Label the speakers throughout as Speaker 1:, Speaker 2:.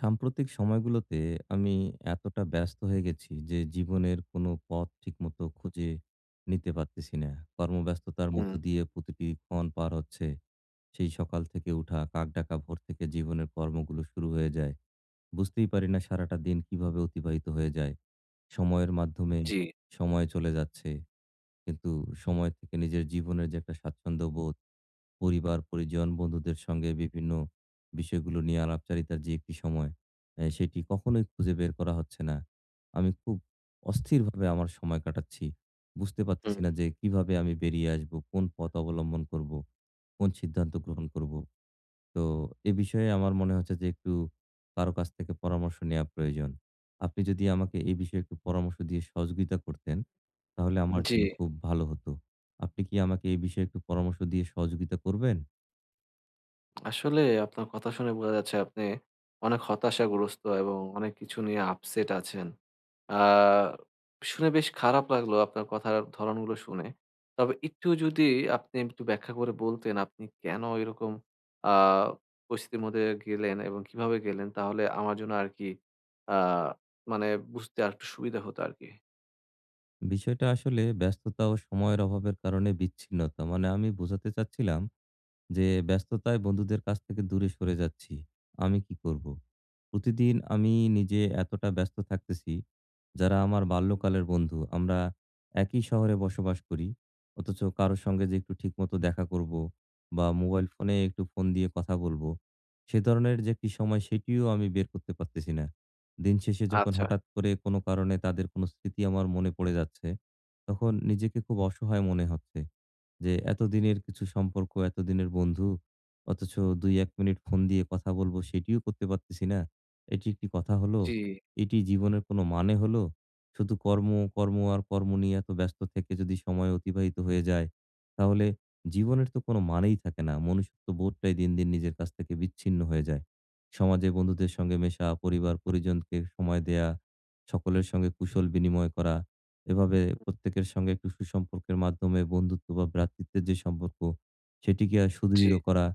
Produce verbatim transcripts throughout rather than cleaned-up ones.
Speaker 1: সাম্প্রতিক সময়গুলোতে আমি এতটা ব্যস্ত হয়ে গেছি যে জীবনের কোনো পথ ঠিকমতো খুঁজে নিতে পারতেছি না। কর্মব্যস্ততার
Speaker 2: হুম,
Speaker 1: মধ্য দিয়ে প্রতিটি ক্ষণ পার হচ্ছে। সেই সকাল থেকে উঠা, কাকডাকা ভোর থেকে জীবনের কর্মগুলো শুরু হয়ে যায়। বুঝতেই পারি না সারাটা দিন কিভাবে অতিবাহিত হয়ে যায়। সময়ের মাধ্যমে
Speaker 2: জি,
Speaker 1: সময় চলে যাচ্ছে। কিন্তু সময় থেকে নিজের জীবনের যে একটা স্বাচ্ছন্দ্য বোধ পরিবার, পরিজন, বন্ধুদের সঙ্গে বিভিন্ন বিষয়গুলো নিয়ে আলাপচারিতার যে একটি সময়, এ সেটি কখনোই খুঁজে বের করা হচ্ছে না। আমি খুব অস্থিরভাবে আমার সময় কাটাচ্ছি। বুঝতে পারতেছি
Speaker 2: হুম,
Speaker 1: না যে কিভাবে আমি বেরিয়ে আসবো, কোন পথ অবলম্বন করবো, কোন সিদ্ধান্ত গ্রহণ করবো। তো এ বিষয়ে আমার মনে হচ্ছে যে একটু কারো কাছ থেকে পরামর্শ নেয়া প্রয়োজন। আপনি যদি আমাকে এই বিষয়ে একটু পরামর্শ দিয়ে সহযোগিতা করতেন, তাহলে আমার
Speaker 2: জি।
Speaker 1: জন্য খুব ভালো হতো। আপনি কি আমাকে এই বিষয়ে একটু পরামর্শ দিয়ে সহযোগিতা করবেন?
Speaker 2: আসলে আপনার কথা শুনে বোঝা যাচ্ছে আপনি অনেক হতাশাগ্রস্ত এবং অনেক কিছু নিয়ে আপসেট আছেন। আ শুনে বেশ খারাপ লাগলো আপনার কথার ধরণগুলো শুনে। তবে একটু যদি আপনি একটু ব্যাখ্যা করে বলতেন আপনি কেন এরকম আ পরিস্থিতির মধ্যে গেলেন এবং কিভাবে গেলেন? তাহলে আমার জন্য আরকি আ মানে বুঝতে আরেকটু সুবিধা হতো আরকি।
Speaker 1: বিষয়টা আসলে ব্যস্ততা ও সময়ের অভাবের কারণে বিচ্ছিন্নতা। মানে আমি বোঝাতে চাচ্ছিলাম, যে ব্যস্ততায় বন্ধুদের কাছ থেকে দূরে সরে যাচ্ছি। আমি কি করব? প্রতিদিন আমি নিজে এতটা ব্যস্ত থাকতেছি, যারা আমার বাল্যকালের বন্ধু, আমরা একই শহরে বসবাস করি। অথচ কারো সঙ্গে যে একটু ঠিকমতো দেখা করব বা মোবাইল ফোনে একটু ফোন দিয়ে কথা বলব, সে ধরনের যে একটি সময় সেটিও আমি বের করতে পারতেছি না। দিন শেষে যখন
Speaker 2: আচ্ছা।
Speaker 1: হঠাৎ করে কোনো কারণে তাদের কোনো স্মৃতি আমার মনে পড়ে যাচ্ছে, তখন নিজেকে খুব অসহায় মনে হচ্ছে। যে এতদিনের কিছু সম্পর্ক, এতদিনের বন্ধু অথচ দুই এক মিনিট ফোন দিয়ে কথা বলব সেটিও করতে পারতেছি না। এটি একটি কথা হলো?
Speaker 2: জি,
Speaker 1: এটি জীবনের কোনো মানে হলো? শুধু কর্ম, কর্ম আর কর্ম নিয়ে এত ব্যস্ত থেকে যদি সময় অতিবাহিত হয়ে যায়, তাহলে জীবনের তো কোনো মানেই থাকে না। মনুষ্যত্ব বোধটাই দিন, দিন নিজের কাছ থেকে বিচ্ছিন্ন হয়ে যায়। সমাজে বন্ধুদের সঙ্গে মেশা, পরিবার পরিজনকে সময় দেয়া, সকলের সঙ্গে কুশল বিনিময় করা এভাবে প্রত্যেকের সঙ্গে একটু সুসম্পর্কের মাধ্যমে বন্ধুত্ব বা ভ্রাতৃত্বের যে সম্পর্ক সেটিকে আর
Speaker 2: জি।
Speaker 1: সুদৃঢ় করা।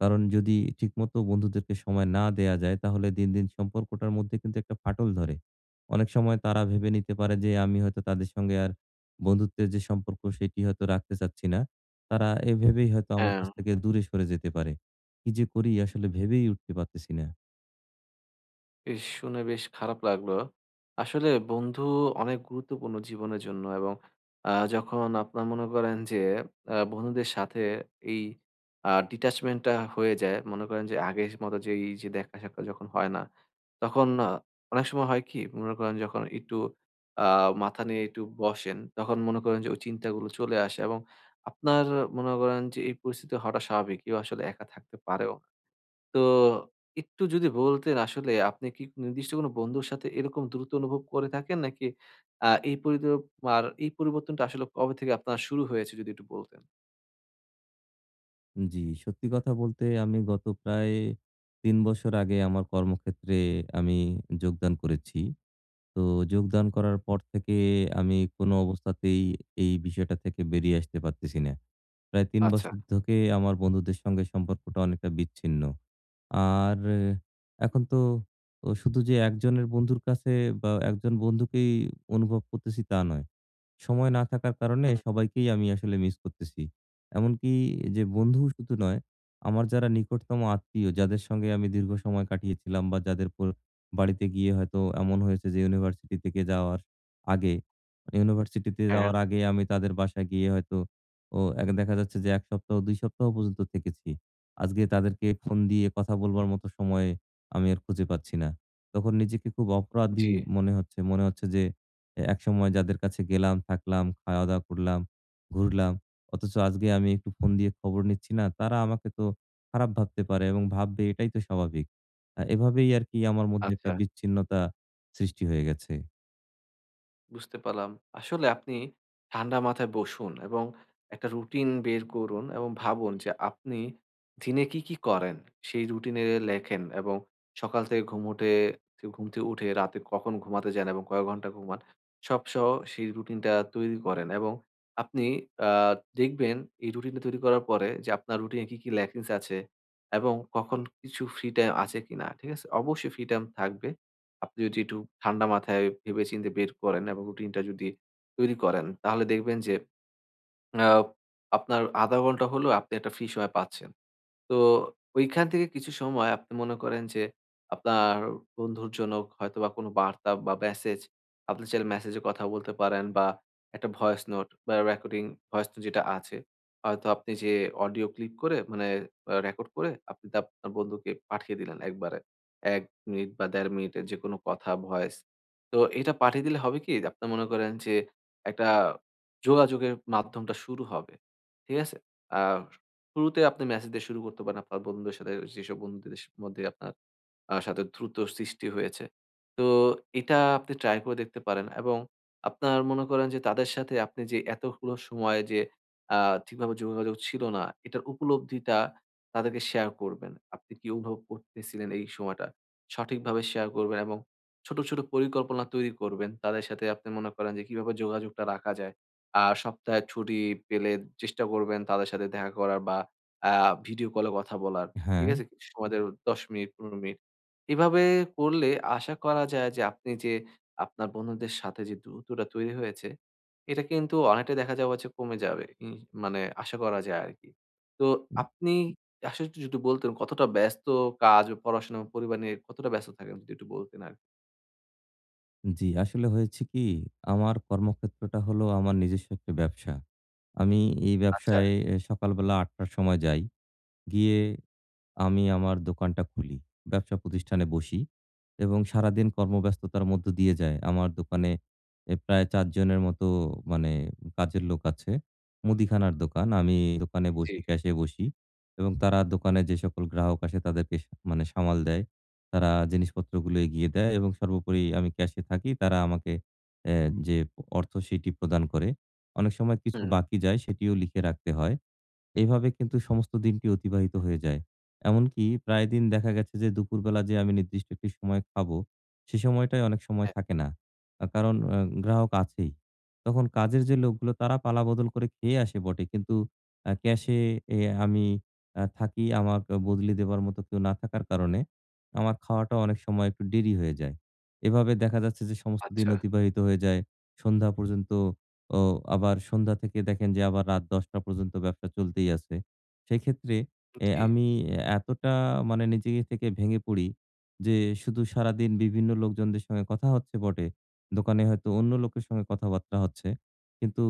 Speaker 1: কারণ যদি ঠিকমতো বন্ধুদেরকে সময় না দেয়া যায় তাহলে দিন, দিন সম্পর্কটার মধ্যে কিন্তু একটা ফাটল ধরে। অনেক সময় তারা ভেবে নিতে পারে যে আমি হয়তো তাদের সঙ্গে আর বন্ধুত্বের যে সম্পর্ক সেটি হয়তো রাখতে চাচ্ছি না। তারা এ ভেবেই হয়তো আমার
Speaker 2: হ্যাঁ।
Speaker 1: কাছ থেকে দূরে সরে যেতে পারে। কি যে করি আসলে ভেবেই উঠতে পারতেছি না।
Speaker 2: ইস! শুনে বেশ খারাপ লাগলো। আসলে বন্ধু অনেক গুরুত্বপূর্ণ জীবনের জন্য এবং আ যখন আপনার মনে করেন যে আ বন্ধুদের সাথে এই আ detachment টা হয়ে যায়, মনে করেন যে আগের মতো যে এই যে দেখা সাক্ষাৎ যখন হয় না, তখন আ অনেক সময় হয় কি? মনে করেন যখন একটু আ মাথা নিয়ে একটু বসেন, তখন মনে করেন যে ওই চিন্তাগুলো চলে আসে এবং আপনার মনে করেন যে এই পরিস্থিতি হওয়াটা স্বাভাবিক। কেউ আসলে একা থাকতে পারেও। তো একটু যদি বলতেন আসলে আপনি কি নির্দিষ্ট কোনো বন্ধুর সাথে এরকম দ্রুত অনুভব করে থাকেন? নাকি আ এই পরিদ আর এই পরিবর্তনটা আসলে কবে থেকে আপনার শুরু হয়েছে যদি একটু বলতেন?
Speaker 1: জি, সত্যি কথা বলতে আমি গত প্রায় তিন বছর আগে আমার কর্মক্ষেত্রে আমি যোগদান করেছি। তো যোগদান করার পর থেকে আমি কোনো অবস্থাতেই এই বিষয়টা থেকে বেরিয়ে আসতে পারতেছি না। প্রায় তিন
Speaker 2: আচ্ছা।
Speaker 1: বছর থেকে আমার বন্ধুদের সঙ্গে সম্পর্কটা অনেকটা বিচ্ছিন্ন। আর আহ, এখন তো ও শুধু যে একজনের বন্ধুর কাছে বা একজন বন্ধুকেই অনুভব করতেছি তা নয়। সময় না থাকার কারণে
Speaker 2: হুম,
Speaker 1: সবাইকেই আমি আসলে মিস করতেছি। এমনকি যে বন্ধু শুধু নয়, আমার যারা নিকটতম আত্মীয়, যাদের সঙ্গে আমি দীর্ঘ সময় কাটিয়েছিলাম বা যাদের পর বাড়িতে গিয়ে হয়তো এমন হয়েছে যে ইউনিভার্সিটি থেকে যাওয়ার আগে মানে ইউনিভার্সিটিতে
Speaker 2: হ্যাঁ,
Speaker 1: যাওয়ার আগে আমি তাদের বাসায় গিয়ে হয়তো ও এক দেখা যাচ্ছে যে এক সপ্তাহ দুই সপ্তাহ পর্যন্ত থেকেছি। আজকে তাদেরকে ফোন দিয়ে কথা বলবার মতো সময় আমি আর খুঁজে পাচ্ছি না। তখন নিজেকে খুব অপরাধী
Speaker 2: জি,
Speaker 1: মনে হচ্ছে। মনে হচ্ছে যে এ একসময় যাদের কাছে গেলাম, থাকলাম, খাওয়া-দাওয়া করলাম, ঘুরলাম। অথচ আজকে আমি একটু ফোন দিয়ে খবর নিচ্ছি না, তারা আমাকে তো খারাপ ভাবতে পারে এবং ভাববে এটাই তো স্বাভাবিক। আ এভাবেই আরকি আমার মধ্যে একটা
Speaker 2: আচ্ছা।
Speaker 1: বিচ্ছিন্নতা সৃষ্টি হয়ে গেছে।
Speaker 2: বুঝতে পারলাম। আসলে আপনি ঠান্ডা মাথায় বসুন এবং একটা রুটিন বের করুন এবং ভাবুন যে আপনি দিনে কি, কি করেন? সেই রুটিনে লেখেন এবং সকাল থেকে ঘুম উঠে ঘুম থেকে উঠে রাতে কখন ঘুমাতে যান এবং কয় ঘন্টা ঘুমান সবসহ সেই রুটিনটা তৈরি করেন এবং আপনি আ দেখবেন এই রুটিনটা তৈরি করার পরে যে আপনার রুটিনে কি, কি ল্যাকিংস আছে এবং কখন কিছু ফ্রি টাইম আছে কিনা, ঠিক আছে? অবশ্যই ফ্রি টাইম থাকবে। আপনি যদি একটু ঠান্ডা মাথায় ভেবেচিন্তে বের করেন এবং রুটিনটা যদি তৈরি করেন, তাহলে দেখবেন যে আ আপনার শূন্য দশমিক পাঁচ ঘন্টা হলেও আপনি একটা ফ্রি সময় পাচ্ছেন। তো ওইখান থেকে কিছু সময় আপনি মনে করেন যে আপনার বন্ধুর জন্য হয়তোবা কোনো বার্তা বা মেসেজ আপনি চাইলে মেসেজে কথা বলতে পারেন বা একটা ভয়েস নোট বা রেকর্ডিং ভয়েস নোট যেটা আছে হয়তো আপনি যে অডিও ক্লিপ করে মানে রেকর্ড করে আপনি তা আপনার বন্ধুকে পাঠিয়ে দিলেন একবারে এক মিনিট বা দেড় মিনিটের যে কোনো কথা ভয়েস। তো এটা পাঠিয়ে দিলে হবে কি আপনি মনে করেন যে একটা যোগাযোগের মাধ্যমটা শুরু হবে, ঠিক আছে। আহ শুরুতে আপনি মেসেজ দিয়ে শুরু করতে পারেন আপনার বন্ধুদের সাথে যেসব বন্ধুদের স মধ্যে আপনার আ সাথে দ্রুত সৃষ্টি হয়েছে। তো এটা আপনি ট্রাই করে দেখতে পারেন এবং আপনার মনে করেন যে তাদের সাথে আপনি যে এতগুলো সময় যে আ ঠিকভাবে যোগাযোগ ছিল না, এটার উপলব্ধিটা তাদেরকে শেয়ার করবেন। আপনি কি অনুভব করতেছিলেন এই সময়টা? সঠিকভাবে শেয়ার করবেন এবং ছোট, ছোট পরিকল্পনা তৈরি করবেন। তাদের সাথে আপনি মনে করেন যে কিভাবে যোগাযোগটা রাখা যায়। আর সপ্তাহে ছুটি পেলে চেষ্টা করবেন তাদের সাথে দেখা করার বা আ ভিডিও কলে কথা বলার,
Speaker 1: হ্যাঁ।
Speaker 2: ঠিক আছে? কিছু সময় দের দশ মিনিট, পনেরো মিনিট। এভাবে করলে আশা করা যায় যে আপনি যে আপনার বন্ধুদের সাথে যে দূরত্বটা তৈরি হয়েছে, এটা কিন্তু অনেকটাই দেখা যাওয়া যে কমে যাবে। ইন মানে আশা করা যায় আরকি। তো আপনি আসলে একটু যদি বলতেন কতটা ব্যস্ত কাজ, ও পড়াশোনা, ও পরিবার নিয়ে কতটা ব্যস্ত থাকেন যদি একটু বলতেন আরকি?
Speaker 1: জি, আসলে হয়েছে কি? আমার কর্মক্ষেত্রটা হলো আমার নিজস্ব একটা ব্যবসা। আমি এই
Speaker 2: আচ্ছা,
Speaker 1: ব্যবসায় এ সকালবেলা আটটা র সময় যাই। গিয়ে আমি আমার দোকানটা খুলি। ব্যবসা প্রতিষ্ঠানে বসি এবং সারাদিন কর্মব্যস্ততার মধ্য দিয়ে যায়। আমার দোকানে এ প্রায় চার জনের মতো মানে কাজের লোক আছে। মুদিখানার দোকান। আমি দোকানে
Speaker 2: জি।
Speaker 1: বসি, ক্যাশে বসি এবং তারা দোকানে যে সকল গ্রাহক আসে তাদেরকে সা মানে সামাল দেয়। তারা জিনিসপত্রগুলো এগিয়ে দেয় এবং সর্বোপরি আমি ক্যাশে থাকি। তারা আমাকে অ্যা যে অর্থ সেটি প্রদান করে। অনেক সময় কিছু
Speaker 2: হুম,
Speaker 1: বাকি যায় সেটিও লিখে রাখতে হয়। এভাবে কিন্তু সমস্ত দিনটি অতিবাহিত হয়ে যায়। এমনকি প্রায় দিন দেখা গেছে যে দুপুরবেলা যে আমি নির্দিষ্ট একটি সময় খাবো, সে সময়টাই অনেক সময়
Speaker 2: হ্যাঁ,
Speaker 1: থাকে না। আ কারণ আ গ্রাহক আছেই। তখন কাজের যে লোকগুলো তারা পালাবদল করে খেয়ে আসে বটে। কিন্তু আ ক্যাশে এ আমি আ থাকি, আমার বদলি দেবার মতো কেউ না থাকার কারণে আমার খাওয়াটা অনেক সময় একটু দেরি হয়ে যায়। এভাবে দেখা যাচ্ছে যে সমস্ত দিন
Speaker 2: আচ্ছা,
Speaker 1: অতিবাহিত হয়ে যায়। সন্ধ্যা পর্যন্ত ও আবার সন্ধ্যা থেকে দেখেন যে আবার রাত দশটা পর্যন্ত ব্যবসা চলতেই আছে। সেক্ষেত্রে এ
Speaker 2: জি।
Speaker 1: আমি এতটা মানে নিজে থেকে ভেঙে পড়ি যে শুধু সারাদিন বিভিন্ন লোকজনদের সঙ্গে কথা হচ্ছে বটে। দোকানে হয়তো অন্য লোকের সঙ্গে কথাবার্তা হচ্ছে। কিন্তু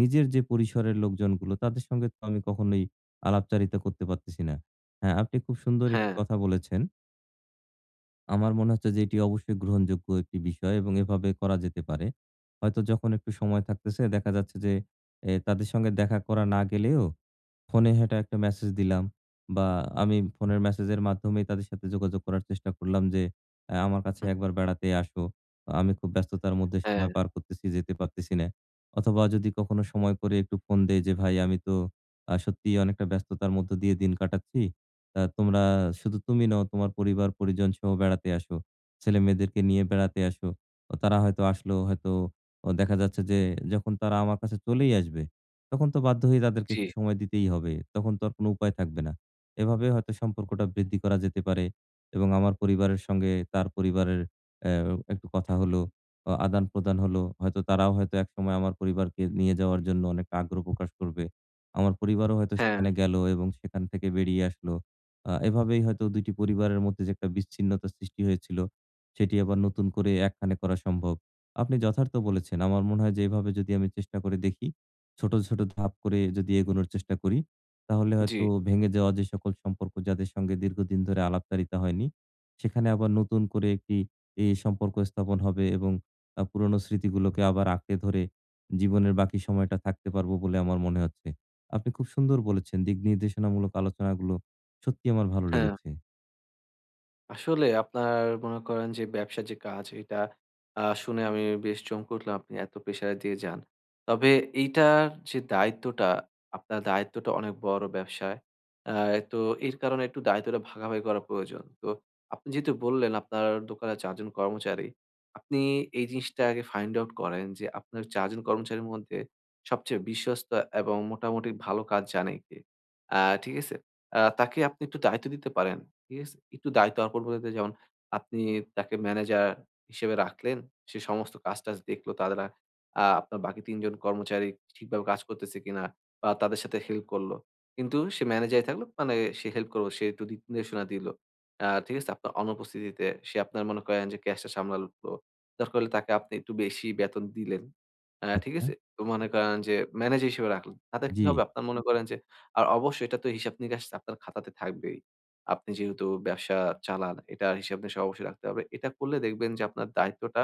Speaker 1: নিজের যে পরিসরের লোকজনগুলো তাদের সঙ্গে তো আমি কখনোই আলাপচারিতা করতে পারতেছি না। হ্যাঁ, আপনি খুব সুন্দর একটি
Speaker 2: হ্যাঁ,
Speaker 1: কথা বলেছেন। আমার মনে হচ্ছে যে এটি অবশ্যই গ্রহণযোগ্য একটি বিষয় এবং এভাবে করা যেতে পারে। হয়তো যখন একটু সময় থাকতেছে দেখা যাচ্ছে যে এ তাদের সঙ্গে দেখা করা না গেলেও ফোনে হেঁটে একটা মেসেজ দিলাম বা আমি ফোনের মেসেজের মাধ্যমেই তাদের সাথে যোগাযোগ করার চেষ্টা করলাম যে, অ্যা "আমার কাছে
Speaker 2: হুম,
Speaker 1: একবার বেড়াতে আসো। আমি খুব ব্যস্ততার মধ্যে
Speaker 2: হ্যাঁ,
Speaker 1: সময় পার করতেছি, যেতে পারতেছি না।" অথবা যদি কখনো সময় করে একটু ফোন দেই যে, "ভাই আমি তো আ সত্যিই অনেকটা ব্যস্ততার মধ্য দিয়ে দিন কাটাচ্ছি। আ তোমরা শুধু তুমি নও, তোমার পরিবার-পরিজন সহ বেড়াতে আসো। ছেলেমেয়েদেরকে নিয়ে বেড়াতে আসো।" ও তারা হয়তো আসলো, হয়তো ও দেখা যাচ্ছে যে, যখন তারা আমার কাছে চলেই আসবে তখন তো বাধ্য হয়ে তাদেরকে হুম।
Speaker 2: জি,
Speaker 1: একটু সময় দিতেই হবে। তখন তো আর কোনো উপায় থাকবে না। এভাবে হয়তো সম্পর্কটা বৃদ্ধি করা যেতে পারে এবং আমার পরিবারের সঙ্গে তার পরিবারের অ্যা একটু কথা হলো, অ আদান-প্রদান হলো। হয়তো তারাও হয়তো একসময় আমার পরিবারকে নিয়ে যাওয়ার জন্য অনেক আগ্রহ প্রকাশ করবে। আমার পরিবারও হয়তো
Speaker 2: হ্যাঁ,
Speaker 1: সেখানে গেল এবং সেখান থেকে বেরিয়ে আসলো। আ এভাবেই হয়তো দুই টি পরিবারের মধ্যে যে একটা বিচ্ছিন্নতা সৃষ্টি হয়েছিল, সেটি আবার নতুন করে একখানে করা সম্ভব। আপনি যথার্থ বলেছেন। আমার মনে হয় যে এভাবে যদি আমি চেষ্টা করে দেখি ছোট, ছোট ধাপ করে যদি এগোনোর চেষ্টা করি, তাহলে
Speaker 2: জি,
Speaker 1: হয়তো ভেঙে যাওয়া যে সকল সম্পর্ক যাদের সঙ্গে দীর্ঘদিন ধরে আলাপচারিতা হয়নি, সেখানে আবার নতুন করে একটি এই সম্পর্ক স্থাপন হবে এবং আ পুরনো স্মৃতিগুলোকে আবার আঁকড়ে ধরে জীবনের বাকি সময়টা থাকতে পারবো বলে আমার মনে হচ্ছে। আপনি খুব সুন্দর বলেছেন। দিক নির্দেশনামূলক আলোচনাগুলো সত্যিই আমার ভালো
Speaker 2: হ্যাঁ।
Speaker 1: লেগেছে।
Speaker 2: আসলে আপনার মনে করেন যে ব্যবসার যে কাজ এটা আ শুনে আমি বেশ চমকে উঠলাম আপনি এত প্রেশার দিয়ে যান। তবে এইটার যে দায়িত্বটা, আপনার দায়িত্বটা অনেক বড় ব্যবসায়। আ তো এর কারণে একটু দায়িত্বটা ভাগাভাগি করা প্রয়োজন। তো আপনি যেহেতু বললেন আপনার দোকানে চার জন কর্মচারী, আপনি এই জিনিসটা আগে ফাইন্ড আউট করেন যে আপনার চার জন কর্মচারীর মধ্যে সবচেয়ে বিশ্বস্ত এবং মোটামুটি ভালো কাজ জানে কে? আ ঠিক আছে? আ তাকে আপনি একটু দায়িত্ব দিতে পারেন। ঠিক আছে? একটু দায়িত্ব অর্পণ করে দিতে যেমন আপনি তাকে ম্যানেজার হিসেবে রাখলেন। সে সমস্ত কাজ-টাজ দেখলো। তারা আ আপনার বাকি তিন জন কর্মচারী ঠিকভাবে কাজ করতেছে কিনা বা তাদের সাথে হেল্প করলো। কিন্তু সে ম্যানেজারই থাকলো মানে সে হেল্প করলো। সে একটু দিক নির্দেশনা দিলো। আ ঠিক আছে? আপনার অনুপস্থিতিতে সে আপনার মনে করেন যে ক্যাশটা সামলালো। দরকার হলে তাকে আপনি একটু বেশি বেতন দিলেন। আ ঠিক
Speaker 1: আচ্ছা।
Speaker 2: আছে? তো মনে করেন যে ম্যানেজার হিসেবে রাখলেন। তাতে কি
Speaker 1: জি।
Speaker 2: হবে? আপনার মনে করেন যে আর অবশ্যই এটা তো হিসাব নিকাশ আপনার খাতাতে থাকবেই। আপনি যেহেতু ব্যবসা চালান, এটার হিসাব নিকাশ অবশ্যই রাখতে হবে। এটা করলে দেখবেন যে আপনার দায়িত্বটা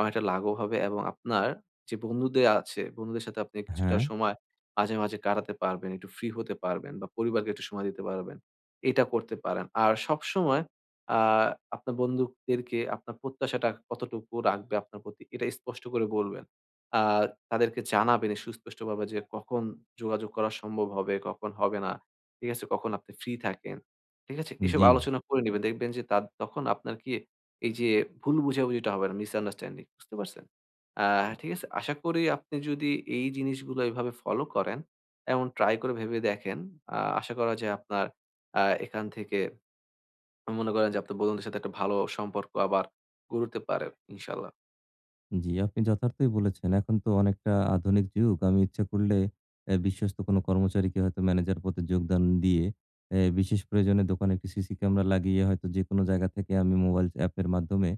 Speaker 2: অনেকটা লাঘব হবে এবং আপনার যে বন্ধুদের আছে, বন্ধুদের সাথে আপনি কিছুটা
Speaker 1: হ্যাঁ,
Speaker 2: সময় মাঝে, মাঝে কাটাতে পারবেন, একটু ফ্রি হতে পারবেন বা পরিবারকে একটু সময় দিতে পারবেন। এটা করতে পারেন। আর সবসময় আ আপনার বন্ধুদেরকে আপনার প্রত্যাশাটা কতটুকু রাখবে আপনার প্রতি, এটা স্পষ্ট করে বলবেন। আ তাদেরকে জানাবেন এই সুস্পষ্টভাবে যে কখন যোগাযোগ করা সম্ভব হবে, কখন হবে না। ঠিক আছে? কখন আপনি ফ্রি থাকেন। ঠিক আছে? এসব
Speaker 1: জি।
Speaker 2: আলোচনা করে নিবেন। দেখবেন যে তার তখন আপনার কি এই যে ভুল বুঝাবুঝিটা হবে না, মিসআন্ডারস্ট্যান্ডিং বুঝতে পারছেন? আ ঠিক আছে? আশা করি আপনি যদি এই জিনিসগুলো এভাবে ফলো করেন এবং ট্রাই করে ভেবে দেখেন, আ আশা করা যায় আপনার আ এখান থেকে মনে করেন যে আপনার বন্ধুদের সাথে একটা ভালো সম্পর্ক আবার গড়তে পারে ইনশাআল্লাহ।
Speaker 1: জি, আপনি যথার্থই বলেছেন। এখন তো অনেকটা আধুনিক যুগ। আমি ইচ্ছা করলে অ্যা বিশ্বস্ত কোনো কর্মচারীকে হয়তো ম্যানেজার পদে যোগদান দিয়ে অ্যা বিশেষ প্রয়োজনে দোকানে একটি সিসি ক্যামেরা লাগিয়ে হয়তো যেকোনো জায়গা থেকে আমি মোবাইল অ্যাপের মাধ্যমে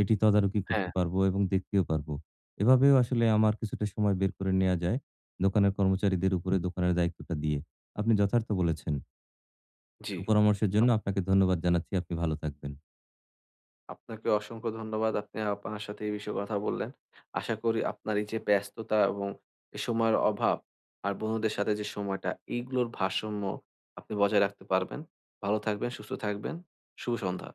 Speaker 1: এটি তদারকি করতে
Speaker 2: হ্যাঁ।
Speaker 1: পারবো এবং দেখতেও পারবো। এভাবেও আসলে আমার কিছুটা সময় বের করে নেয়া যায় দোকানের কর্মচারীদের উপরে দোকানের দায়িত্বটা দিয়ে। আপনি যথার্থ বলেছেন।
Speaker 2: জি।
Speaker 1: সুপরামর্শের জন্য আপনাকে ধন্যবাদ জানাচ্ছি। আপনি ভালো থাকবেন।
Speaker 2: আপনাকে অসংখ্য ধন্যবাদ। আপনি আপনার সাথে এই বিষয়ে কথা বললেন। আশা করি আপনার এই যে ব্যস্ততা এবং এ সময়ের অভাব আর বন্ধুদের সাথে যে সময়টা, এইগুলোর ভারসাম্য আপনি বজায় রাখতে পারবেন। ভালো থাকবেন, সুস্থ থাকবেন। শুভ সন্ধ্যা।